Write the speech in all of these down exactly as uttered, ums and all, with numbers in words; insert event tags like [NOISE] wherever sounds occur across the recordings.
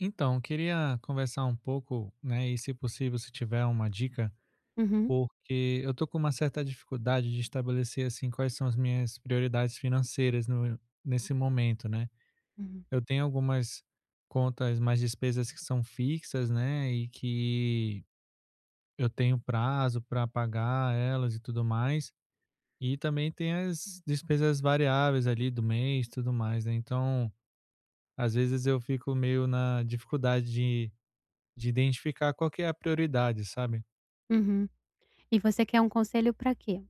Então, queria conversar um pouco, né, e se possível, se tiver uma dica, Uhum, porque eu tô com uma certa dificuldade de estabelecer, assim, quais são as minhas prioridades financeiras no, nesse momento, né? uhum, Eu tenho algumas contas, mais despesas que são fixas, né, e que eu tenho prazo para pagar elas e tudo mais, e também tem as despesas variáveis ali do mês e tudo mais, né? Então, às vezes eu fico meio na dificuldade de de identificar qual que é a prioridade, sabe. uhum. E você quer um conselho para quê?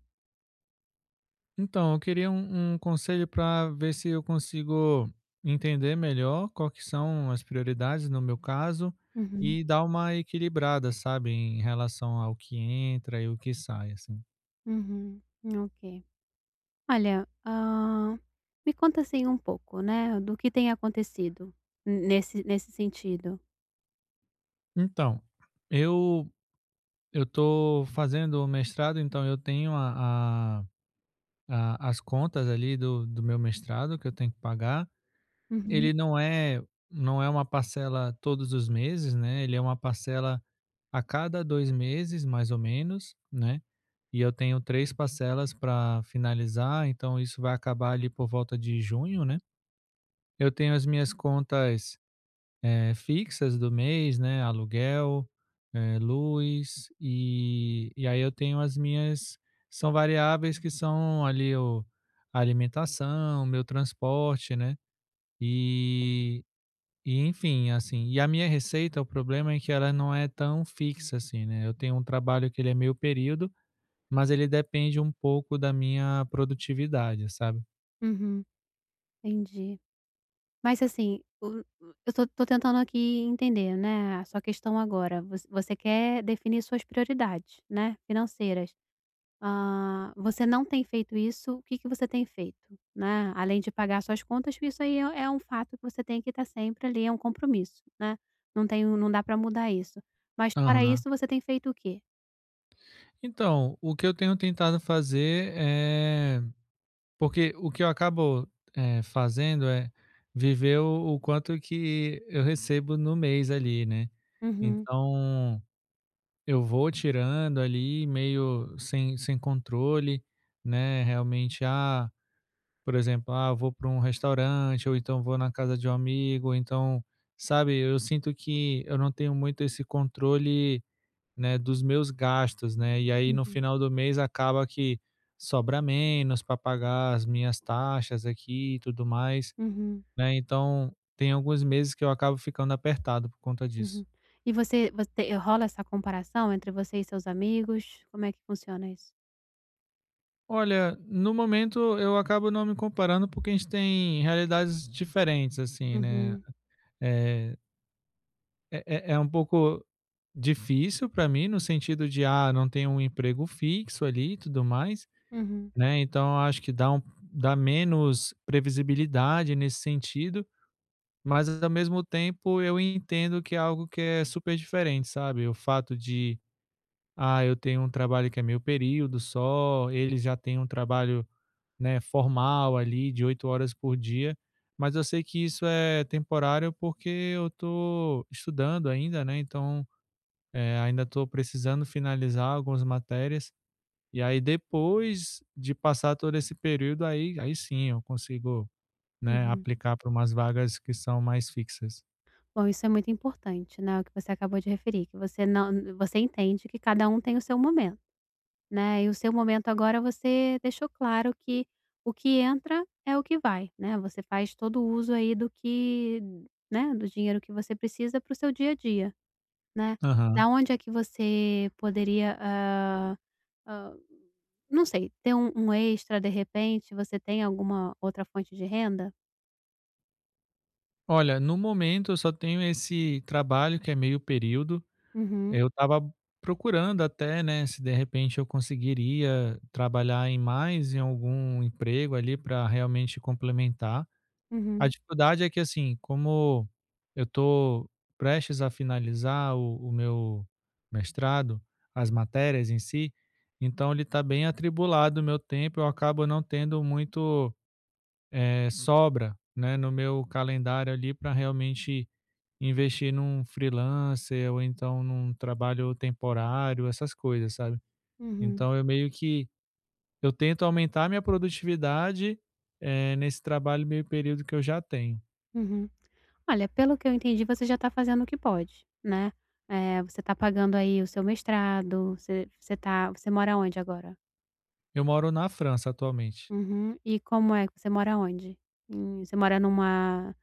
Então, eu queria um um conselho para ver se eu consigo entender melhor qual que são as prioridades no meu caso, Uhum, e dar uma equilibrada, sabe, em relação ao que entra e o que sai, assim. uhum, ok. Olha, hã, me conta, assim, um pouco, né, do que tem acontecido n nesse nesse sentido. Então, eu eu tô fazendo o mestrado, então eu tenho a a a as contas ali do do meu mestrado que eu tenho que pagar. Uhum, Ele não é Não é uma parcela todos os meses, né, ele é uma parcela a cada dois meses, mais ou menos, né, e eu tenho três parcelas para finalizar, então isso vai acabar ali por volta de junho, né. Eu tenho as minhas contas, eh, fixas do mês, né, aluguel, eh, luz, e e aí eu tenho as minhas, são variáveis que são ali o a alimentação, meu transporte, né, e e enfim, assim, e a minha receita, o problema é que ela não é tão fixa assim, né. Eu tenho um trabalho que ele é meio período, mas ele depende um pouco da minha produtividade, sabe. uhum, entendi. Mas, assim, o o- eu tô tô tentando aqui entender, né, a sua questão agora. Voc você quer definir suas prioridades, né, financeiras. Ah, você não tem feito isso, o que que você tem feito, né? Além de pagar suas contas, isso aí é é um fato que você tem que estar sempre ali, é um compromisso, né? Não tem o Não dá para mudar isso. Mas fora Aham. isso, você tem feito o quê? Então, o que eu tenho tentado fazer é, porque o que eu acabo, eh, fazendo é viver o o quanto que eu recebo no mês ali, né. Uhum, Então, eu vou tirando ali meio sem sem controle, né, realmente. Ah, por exemplo, ah, eu vou para um restaurante, ou então vou na casa de um amigo, ou então, sabe, eu sinto que eu não tenho muito esse controle, né, dos meus gastos, né? E aí no uhum, final do mês acaba que sobra menos para pagar as minhas taxas aqui e tudo mais, uhum, né? Então, tem alguns meses que eu acabo ficando apertado por conta disso. uhum. E você você rola essa comparação entre você e seus amigos? Como é que funciona isso? Olha, no momento eu acabo não me comparando porque a gente tem realidades diferentes, assim, né? Uhum, eh, É é é um pouco difícil para mim, no sentido de, ah, não tenho um emprego fixo ali e tudo mais, uhum, né, então eu acho que dá um dá menos previsibilidade nesse sentido, mas ao mesmo tempo eu entendo que é algo que é super diferente, sabe, o fato de, ah, eu tenho um trabalho que é meio período só, ele já tem um trabalho, né, formal ali de oito horas por dia, mas eu sei que isso é temporário, porque eu tô estudando ainda, né, então eh, ainda estou precisando finalizar algumas matérias, e aí depois de passar todo esse período, aí aí sim eu consigo, né, uhum. aplicar para umas vagas que são mais fixas. Bom, isso é muito importante, né, o que você acabou de referir, que você não você entende que cada um tem o seu momento. Né, e o seu momento agora você deixou claro que o que entra é o que vai, né, você faz todo o uso aí do que, né, do dinheiro que você precisa para o seu dia a dia, né. Aham. Da onde é que você poderia, hã hã, não sei, ter um um extra de repente, você tem alguma outra fonte de renda? Olha, no momento eu só tenho esse trabalho que é meio período. Uhum, Eu estava procurando até, né, se de repente eu conseguiria trabalhar em mais em algum emprego ali para realmente complementar. A uhum, dificuldade é que, assim, como eu estou prestes a finalizar o o meu mestrado, as matérias em si, então ele está bem atribulado o meu tempo, eu acabo não tendo muito, eh, sobra, né, no meu calendário ali para realmente investir num freelancer ou então num trabalho temporário, essas coisas, sabe. uhum, Então eu meio que eu tento aumentar minha produtividade, eh, nesse trabalho meio período que eu já tenho. uhum. Olha, pelo que eu entendi você já está fazendo o que pode, né. Eh, você está pagando aí o seu mestrado, você você está você mora onde agora? Eu moro na França atualmente. Uhum. E como é? Você mora onde? Em você mora numa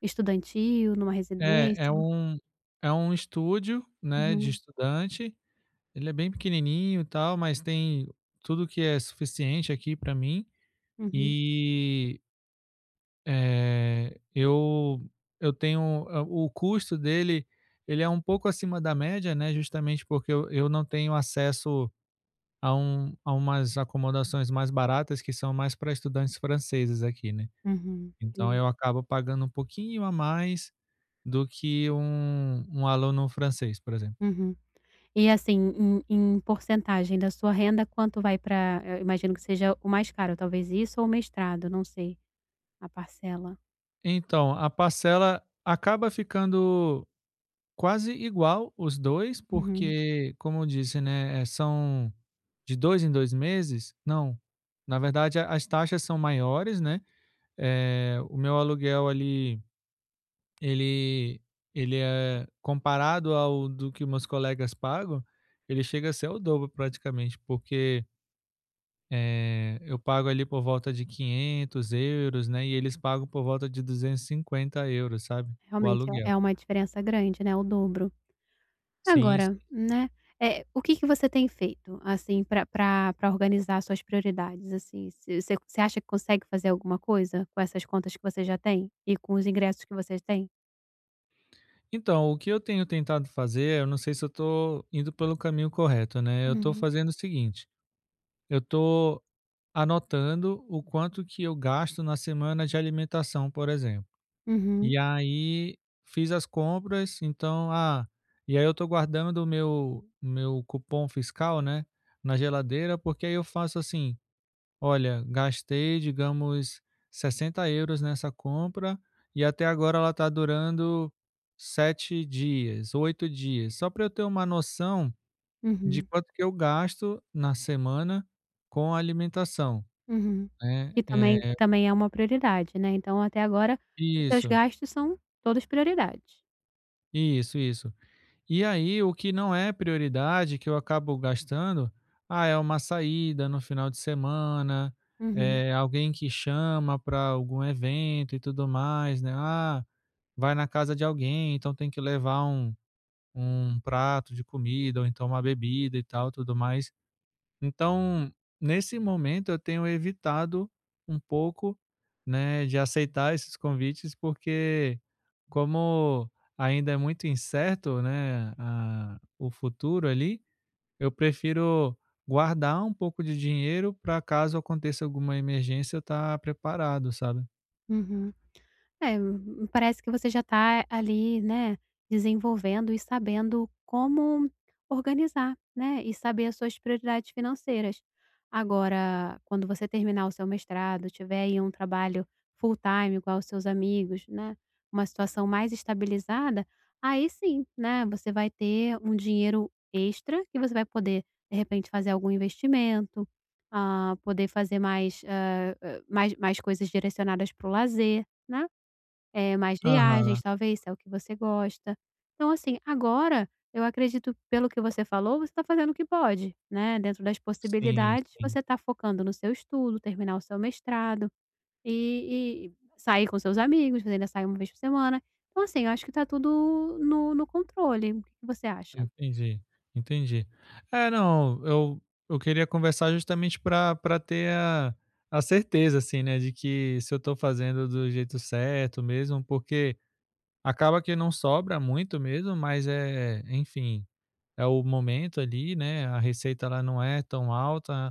estudantil, numa É, é residência? um é um estúdio, né, de Uhum, estudante, ele é bem pequenininho e tal, mas tem tudo que é suficiente aqui para mim, uhum, e, eh, eu eu tenho, hã, o custo dele, ele é um pouco acima da média, né, justamente porque eu eu não tenho acesso a um a umas acomodações mais baratas que são mais para estudantes franceses aqui, né. uhum, Então entendi. eu acabo pagando um pouquinho a mais, do que um, um aluno francês, por exemplo. Uhum. E assim, em em porcentagem da sua renda, quanto vai para? Eu imagino que seja o mais caro, talvez isso ou o mestrado, não sei, a parcela. Então, a parcela acaba ficando quase igual os dois, Uhum. porque, como eu disse, né, eh, são de dois em dois meses? Não. Na verdade, a- as taxas são maiores, né? Eh, o meu aluguel ali, ele, ele é comparado ao do que meus colegas pagam, ele chega a ser o dobro praticamente, porque Eh, eu pago ali por volta de quinhentos euros, né, e eles pagam por volta de duzentos e cinquenta euros, sabe, o Realmente é aluguel. é uma diferença grande, né, o dobro. Sim, Agora, sim. né, eh, o que que você tem feito, assim, pra pra pra organizar suas prioridades, assim? Você você você acha que consegue fazer alguma coisa com essas contas que você já tem e com os ingressos que você tem? Então, o que eu tenho tentado fazer, eu não sei se eu estou indo pelo caminho correto, né, eu estou Uhum. fazendo o seguinte, eu estou anotando o quanto que eu gasto na semana de alimentação, por exemplo. Uhum, E aí, fiz as compras, então, ah, e aí eu estou guardando o meu meu cupom fiscal, né, na geladeira, porque aí eu faço assim: olha, gastei, digamos, sessenta euros nessa compra e até agora ela está durando sete dias, oito dias. Só para eu ter uma noção de uhum, quanto que eu gasto na semana com alimentação, uhum. né. Que também Eh que também é uma prioridade, né, então até agora os seus Isso, gastos são todos prioridades. isso, isso. E aí o que não é prioridade, que eu acabo gastando, ah, é uma saída no final de semana, Uhum, é alguém que chama para algum evento e tudo mais, né. Ah, vai na casa de alguém, então tem que levar um um prato de comida ou então uma bebida e tal, tudo mais. Então, nesse momento eu tenho evitado um pouco, né, de aceitar esses convites, porque como ainda é muito incerto, né, a o futuro ali, eu prefiro guardar um pouco de dinheiro para caso aconteça alguma emergência eu tá preparado, sabe? uhum. É, hum, parece que você já está ali, né, desenvolvendo e sabendo como organizar, né, e saber as suas prioridades financeiras. Agora, quando você terminar o seu mestrado, tiver aí um trabalho full time igual os seus amigos, né, uma situação mais estabilizada, aí sim, né, você vai ter um dinheiro extra que você vai poder, de repente, fazer algum investimento, ah, poder fazer mais, ah, ah, mais, mais coisas direcionadas para o lazer, né? Eh, mais Aham. viagens, talvez, se é o que você gosta. Então, assim, agora eu acredito, pelo que você falou, você está fazendo o que pode, né, dentro das Sim, possibilidades, sim. você está focando no seu estudo, terminar o seu mestrado e e sair com seus amigos, você ainda sai uma vez por semana. Então, assim, eu acho que está tudo no no controle. O que que você acha? Entendi, entendi. É, não, eu eu queria conversar justamente para para ter a a certeza, assim, né, de que se eu estou fazendo do jeito certo mesmo, porque acaba que não sobra muito mesmo, mas, é, enfim, é o momento ali, né, a receita ela não é tão alta,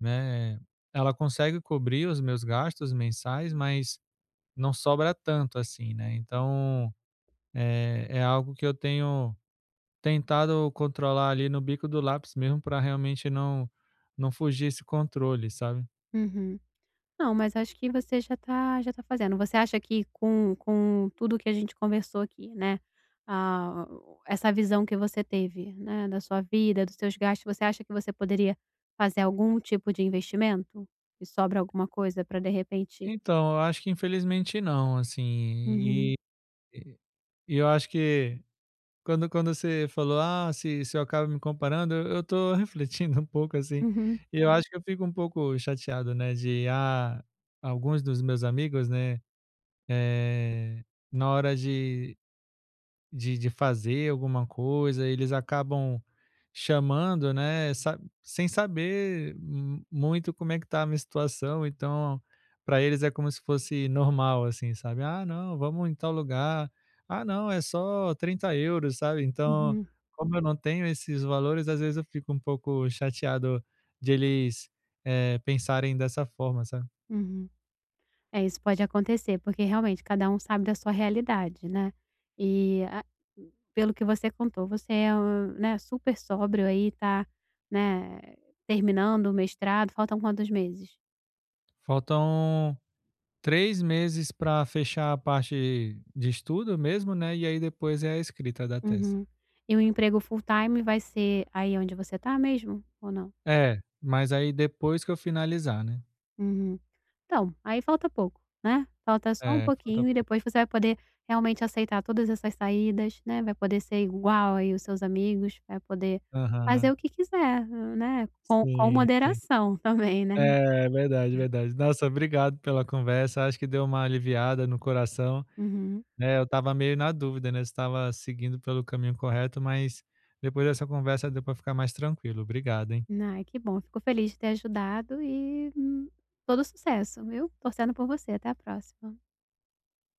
né, ela consegue cobrir os meus gastos mensais, mas não sobra tanto assim, né, então, é é algo que eu tenho tentado controlar ali no bico do lápis mesmo para realmente não não fugir esse controle, sabe. Uhum. Não, mas acho que você já tá já tá fazendo. Você acha que com com tudo que a gente conversou aqui, né, ah, essa visão que você teve, né, da sua vida, dos seus gastos, você acha que você poderia fazer algum tipo de investimento? E sobra alguma coisa para de repente? Então, eu acho que infelizmente não, assim, Uhum. e e eu acho que quando quando você falou: "Ah, se se eu acabo me comparando", eu eu tô [LAUGHS] refletindo um pouco, assim, Uhum, e eu acho que eu fico um pouco chateado, né, de, ah, alguns dos meus amigos, né, eh, na hora de De de fazer alguma coisa, eles acabam chamando, né, sa sem saber mu muito como é que tá a minha situação, então, para eles é como se fosse normal, assim, sabe: "Ah, não, vamos em tal lugar. Ah, não, é só trinta euros", sabe. Então, uhum, como eu não tenho esses valores, às vezes eu fico um pouco chateado de eles, eh, pensarem dessa forma, sabe. uhum. É, isso pode acontecer, porque realmente cada um sabe da sua realidade, né. E a, pelo que você contou, você é um, né, super sóbrio aí, tá, né, terminando o mestrado, faltam quantos meses? Faltam três meses para fechar a parte de estudo mesmo, né, e aí depois é a escrita da tese. Uhum. E o emprego full-time vai ser aí onde você tá mesmo, ou não? É, mas aí depois que eu finalizar, né. Uhum. Então, aí falta pouco, né, falta só um É, falta pouquinho e pouco. depois você vai poder realmente aceitar todas essas saídas, né, vai poder ser igual aí os seus amigos, vai poder fazer Aham. o que quiser, né, com com Sim, sim. moderação [LAUGHS] também, né. É, verdade, verdade. Nossa, obrigado pela conversa, acho que deu uma aliviada no coração, Uhum. né, eu estava meio na dúvida, né, se estava seguindo pelo caminho correto, mas depois dessa conversa deu para ficar mais tranquilo. Obrigado, hein. Ai, que bom, fico feliz de ter ajudado e, hum, todo sucesso, viu. Torcendo por você, até a próxima.